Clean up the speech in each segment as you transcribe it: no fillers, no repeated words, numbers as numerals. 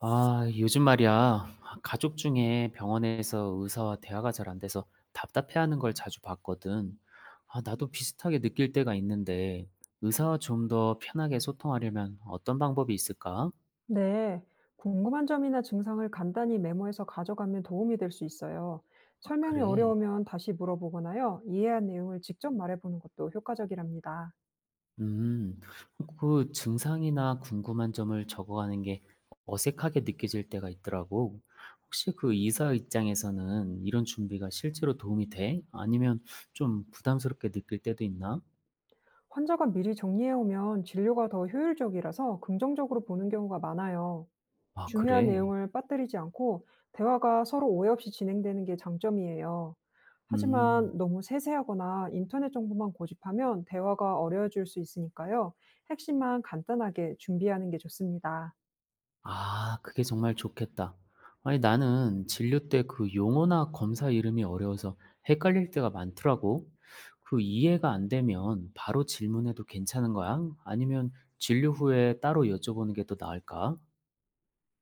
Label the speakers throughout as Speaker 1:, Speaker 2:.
Speaker 1: 아, 요즘 말이야. 가족 중에 병원에서 의사와 대화가 잘 안 돼서 답답해하는 걸 자주 봤거든. 아, 나도 비슷하게 느낄 때가 있는데, 의사와 좀 더 편하게 소통하려면 어떤 방법이 있을까?
Speaker 2: 네, 궁금한 점이나 증상을 간단히 메모해서 가져가면 도움이 될 수 있어요. 설명이
Speaker 1: 그래.
Speaker 2: 어려우면 다시 물어보거나요, 이해한 내용을 직접 말해보는 것도 효과적이랍니다.
Speaker 1: 음, 그 증상이나 궁금한 점을 적어가는 게 어색하게 느껴질 때가 있더라고. 혹시 그 의사 입장에서는 이런 준비가 실제로 도움이 돼? 아니면 좀 부담스럽게 느낄 때도 있나?
Speaker 2: 환자가 미리 정리해오면 진료가 더 효율적이라서 긍정적으로 보는 경우가 많아요.
Speaker 1: 아,
Speaker 2: 중요한
Speaker 1: 그래.
Speaker 2: 내용을 빠뜨리지 않고 대화가 서로 오해 없이 진행되는 게 장점이에요.
Speaker 1: 음.
Speaker 2: 하지만 너무 세세하거나 인터넷 정보만 고집하면 대화가 어려워질 수 있으니까요. 핵심만 간단하게 준비하는 게 좋습니다.
Speaker 1: 아, 그게 정말 좋겠다. 아니, 나는 진료 때 그 용어나 검사 이름이 어려워서 헷갈릴 때가 많더라고. 그 이해가 안 되면 바로 질문해도 괜찮은 거야? 아니면 진료 후에 따로 여쭤보는 게 더 나을까?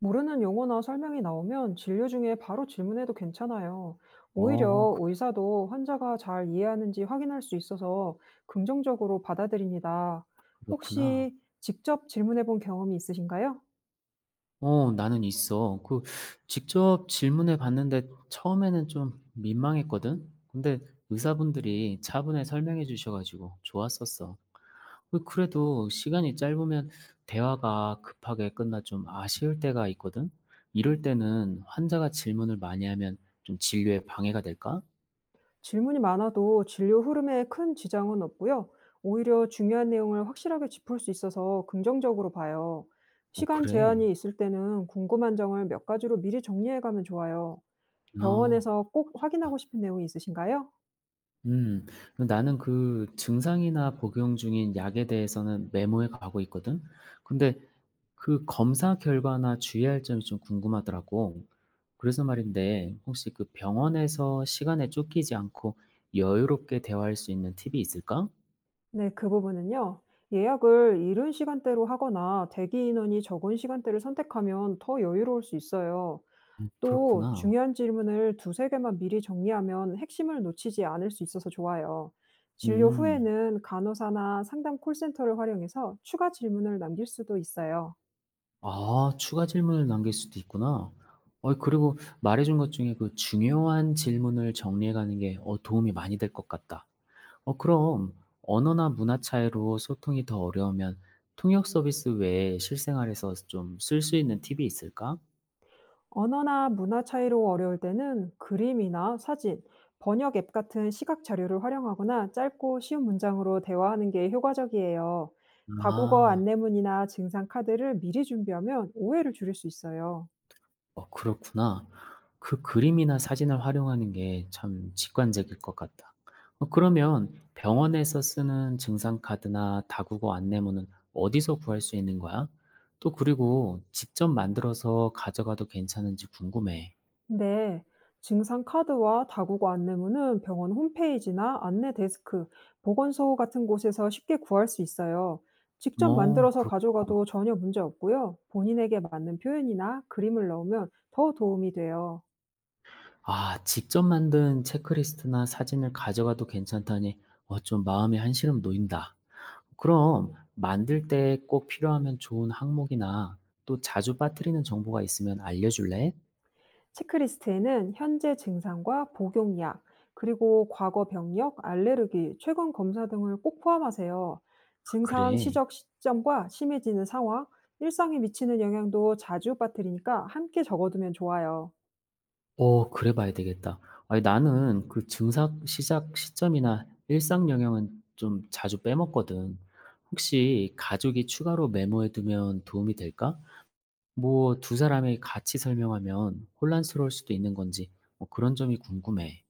Speaker 2: 모르는 용어나 설명이 나오면 진료 중에 바로 질문해도 괜찮아요.
Speaker 1: 어,
Speaker 2: 오히려
Speaker 1: 그-
Speaker 2: 의사도 환자가 잘 이해하는지 확인할 수 있어서 긍정적으로 받아들입니다.
Speaker 1: 그렇구나.
Speaker 2: 혹시 직접 질문해 본 경험이 있으신가요?
Speaker 1: 어, 나는 있어. 그 직접 질문해 봤는데 처음에는 좀 민망했거든. 근데 의사분들이 차분히 설명해 주셔가지고 좋았었어. 그래도 시간이 짧으면 대화가 급하게 끝나 좀 아쉬울 때가 있거든. 이럴 때는 환자가 질문을 많이 하면 좀 진료에 방해가 될까?
Speaker 2: 질문이 많아도 진료 흐름에 큰 지장은 없고요. 오히려 중요한 내용을 확실하게 짚을 수 있어서 긍정적으로 봐요.
Speaker 1: 어
Speaker 2: 시간
Speaker 1: 그래.
Speaker 2: 제한이 있을 때는 궁금한 점을 몇 가지로 미리 정리해 가면 좋아요.
Speaker 1: 아.
Speaker 2: 병원에서 꼭
Speaker 1: 아
Speaker 2: 확인하고 싶은 내용이 있으신가요?
Speaker 1: 음. 나는 그 증상이나 복용 중인 약에 대해서는 메모해 가고 있거든. 근데 그 검사 결과나 주의할 점이 좀 궁금하더라고. 그래서 말인데 혹시 그 병원에서 시간에 쫓기지 않고 여유롭게 대화할 수 있는 팁이 있을까?
Speaker 2: 네, 그 부분은요. 예약을 이른 시간대로 하거나 대기 인원이 적은 시간대를 선택하면 더 여유로울 수 있어요.
Speaker 1: 음,
Speaker 2: 또
Speaker 1: 그렇구나.
Speaker 2: 중요한 질문을 두세 개만 미리 정리하면 핵심을 놓치지 않을 수 있어서 좋아요. 진료
Speaker 1: 음.
Speaker 2: 후에는 간호사나 상담 콜센터를 활용해서 추가 질문을 남길 수도 있어요.
Speaker 1: 아, 추가 질문을 남길 수도 있구나. 어, 그리고 말해 준 것 중에 그 중요한 질문을 정리해 가는 게 도움이 많이 될 것 같다. 어, 그럼 언어나 문화 차이로 소통이 더 어려우면 통역 서비스 외에 실생활에서 좀 쓸 수 있는 팁이 있을까?
Speaker 2: 언어나 문화 차이로 어려울 때는 그림이나 사진, 번역 앱 같은 시각 자료를 활용하거나 짧고 쉬운 문장으로 대화하는 게 효과적이에요. 다국어
Speaker 1: 아.
Speaker 2: 안내문이나 증상 카드를 미리 준비하면 오해를 줄일 수 있어요.
Speaker 1: 어, 그렇구나. 그 그림이나 사진을 활용하는 게 참 직관적일 것 같다. 어, 그러면 병원에서 쓰는 증상 카드나 다국어 안내문은 어디서 구할 수 있는 거야? 또 그리고 직접 만들어서 가져가도 괜찮은지 궁금해.
Speaker 2: 네, 데 증상 카드와 다국어 안내문은 병원 홈페이지나 안내 데스크, 보건소 같은 곳에서 쉽게 구할 수 있어요. 직접
Speaker 1: 어
Speaker 2: 만들어서
Speaker 1: 그렇
Speaker 2: 가져가도 전혀 문제 없고요. 본인에게 맞는 표현이나 그림을 넣으면 더 도움이 돼요.
Speaker 1: 아, 직접 만든 체크리스트나 사진을 가져가도 괜찮다니 어 좀 마음이 한시름 놓인다. 그럼 만들 때 꼭 필요하면 좋은 항목이나 또 자주 빠뜨리는 정보가 있으면 알려줄래?
Speaker 2: 체크리스트에는 현재 증상과 복용약, 그리고 과거 병력, 알레르기, 최근 검사 등을 꼭 포함하세요. 증상
Speaker 1: 그래.
Speaker 2: 시적 시점과 심해지는 상황, 일상에 미치는 영향도 자주 빠뜨리니까 함께 적어두면 좋아요.
Speaker 1: 어, 그래 봐야 되겠다. 아니, 나는 그 증사 시작 시점이나 일상 영향은 좀 자주 빼먹거든. 혹시 가족이 추가로 메모해두면 도움이 될까? 뭐 두 사람이 같이 설명하면 혼란스러울 수도 있는 건지 뭐 그런 점이 궁금해.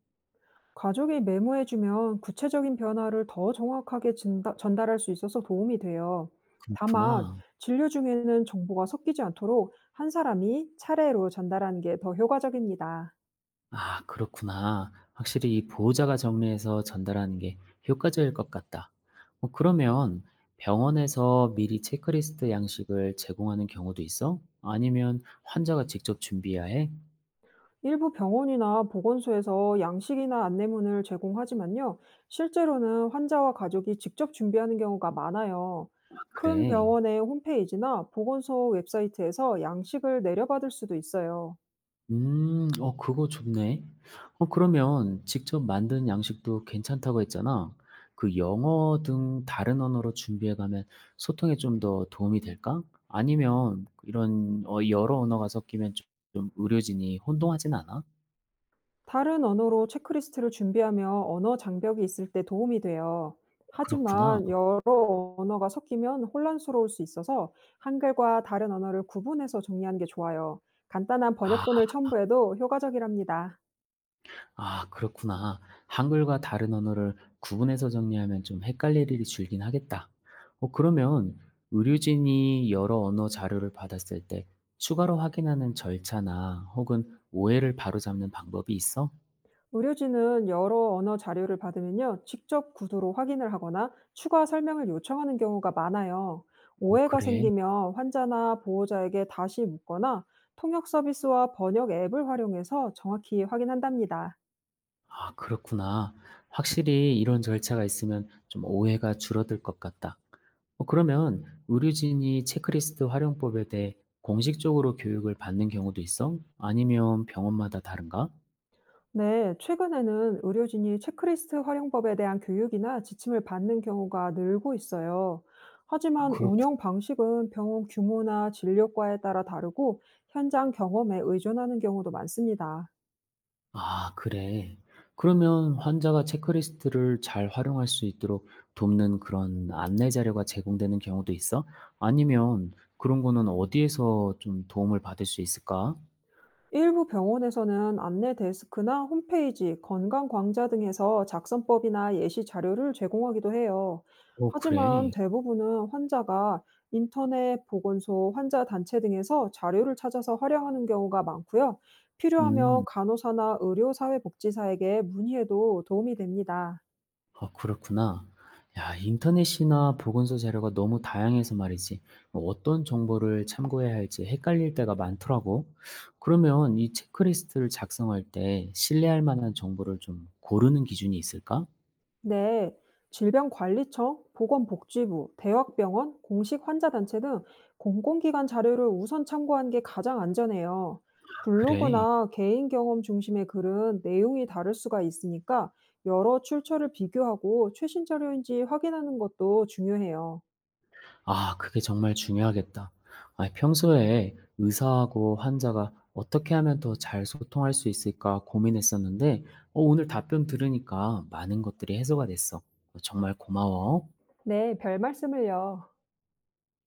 Speaker 2: 가족이 메모해주면 구체적인 변화를 더 정확하게 전달할 수 있어서 도움이 돼요. 다만,
Speaker 1: 그렇구나.
Speaker 2: 진료 중에는 정보가 섞이지 않도록 한 사람이 차례로 전달하는 게 더 효과적입니다.
Speaker 1: 아, 그렇구나. 확실히 이 보호자가 정리해서 전달하는 게 효과적일 것 같다. 어, 그러면 병원에서 미리 체크리스트 양식을 제공하는 경우도 있어? 아니면 환자가 직접 준비해야 해?
Speaker 2: 일부 병원이나 보건소에서 양식이나 안내문을 제공하지만요, 실제로는 환자와 가족이 직접 준비하는 경우가 많아요. 큰
Speaker 1: 그래.
Speaker 2: 병원의 홈페이지나 보건소 웹사이트에서 양식을 내려받을 수도 있어요.
Speaker 1: 음. 어, 그거 좋네. 어, 그러면 직접 만든 양식도 괜찮다고 했잖아. 그 영어 등 다른 언어로 준비해 가면 소통에 좀 더 도움이 될까? 아니면 이런 어 여러 언어가 섞이면 좀 의료진이 혼동하진 않아?
Speaker 2: 다른 언어로 체크리스트를 준비하며 언어 장벽이 있을 때 도움이 돼요.
Speaker 1: 그렇구나.
Speaker 2: 하지만 여러 언어가 섞이면 혼란스러울 수 있어서 한글과 다른 언어를 구분해서 정리하는 게 좋아요. 간단한
Speaker 1: 아.
Speaker 2: 번역본을 첨부해도 효과적이랍니다.
Speaker 1: 아, 그렇구나. 한글과 다른 언어를 구분해서 정리하면 좀 헷갈릴 일이 줄긴 하겠다. 어, 그러면 의료진이 여러 언어 자료를 받았을 때 추가로 확인하는 절차나 혹은 오해를 바로잡는 방법이 있어?
Speaker 2: 의료진은 여러 언어 자료를 받으면요, 직접 구두로 확인을 하거나 추가 설명을 요청하는 경우가 많아요.
Speaker 1: 어
Speaker 2: 오해가
Speaker 1: 그래.
Speaker 2: 생기면 환자나 보호자에게 다시 묻거나 통역 서비스와 번역 앱을 활용해서 정확히 확인한답니다.
Speaker 1: 아, 그렇구나. 확실히 이런 절차가 있으면 좀 오해가 줄어들 것 같다. 어, 그러면 의료진이 체크리스트 활용법에 대해 공식적으로 교육을 받는 경우도 있어? 아니면 병원마다 다른가?
Speaker 2: 네, 최근에는 의료진이 체크리스트 활용법에 대한 교육이나 지침을 받는 경우가 늘고 있어요. 하지만
Speaker 1: 그렇구나.
Speaker 2: 운영 방식은 병원 규모나 진료과에 따라 다르고 현장 경험에 의존하는 경우도 많습니다.
Speaker 1: 아, 그래. 그러면 환자가 체크리스트를 잘 활용할 수 있도록 돕는 그런 안내 자료가 제공되는 경우도 있어? 아니면 그런 거는 어디에서 좀 도움을 받을 수 있을까?
Speaker 2: 일부 병원에서는 안내 데스크나 홈페이지, 건강광자 등에서 작성법이나 예시 자료를 제공하기도 해요.
Speaker 1: 어,
Speaker 2: 하지만
Speaker 1: 그래.
Speaker 2: 대부분은 환자가 인터넷, 보건소, 환자 단체 등에서 자료를 찾아서 활용하는 경우가 많고요. 필요하면
Speaker 1: 음,
Speaker 2: 간호사나 의료사회복지사에게 문의해도 도움이 됩니다.
Speaker 1: 아, 그렇구나. 야, 인터넷이나 보건소 자료가 너무 다양해서 말이지. 어떤 정보를 참고해야 할지 헷갈릴 때가 많더라고. 그러면 이 체크리스트를 작성할 때 신뢰할 만한 정보를 좀 고르는 기준이 있을까?
Speaker 2: 네, 질병관리청, 보건복지부, 대학병원, 공식 환자단체 등 공공기관 자료를 우선 참고하는 게 가장 안전해요.
Speaker 1: 아, 그래.
Speaker 2: 블로그나 개인 경험 중심의 글은 내용이 다를 수가 있으니까 여러 출처를 비교하고 최신 자료인지 확인하는 것도 중요해요.
Speaker 1: 아, 그게 정말 중요하겠다. 아, 평소에 의사하고 환자가 어떻게 하면 더 잘 소통할 수 있을까 고민했었는데, 어, 오늘 답변 들으니까 많은 것들이 해소가 됐어. 어, 정말 고마워.
Speaker 2: 네, 별 말씀을요.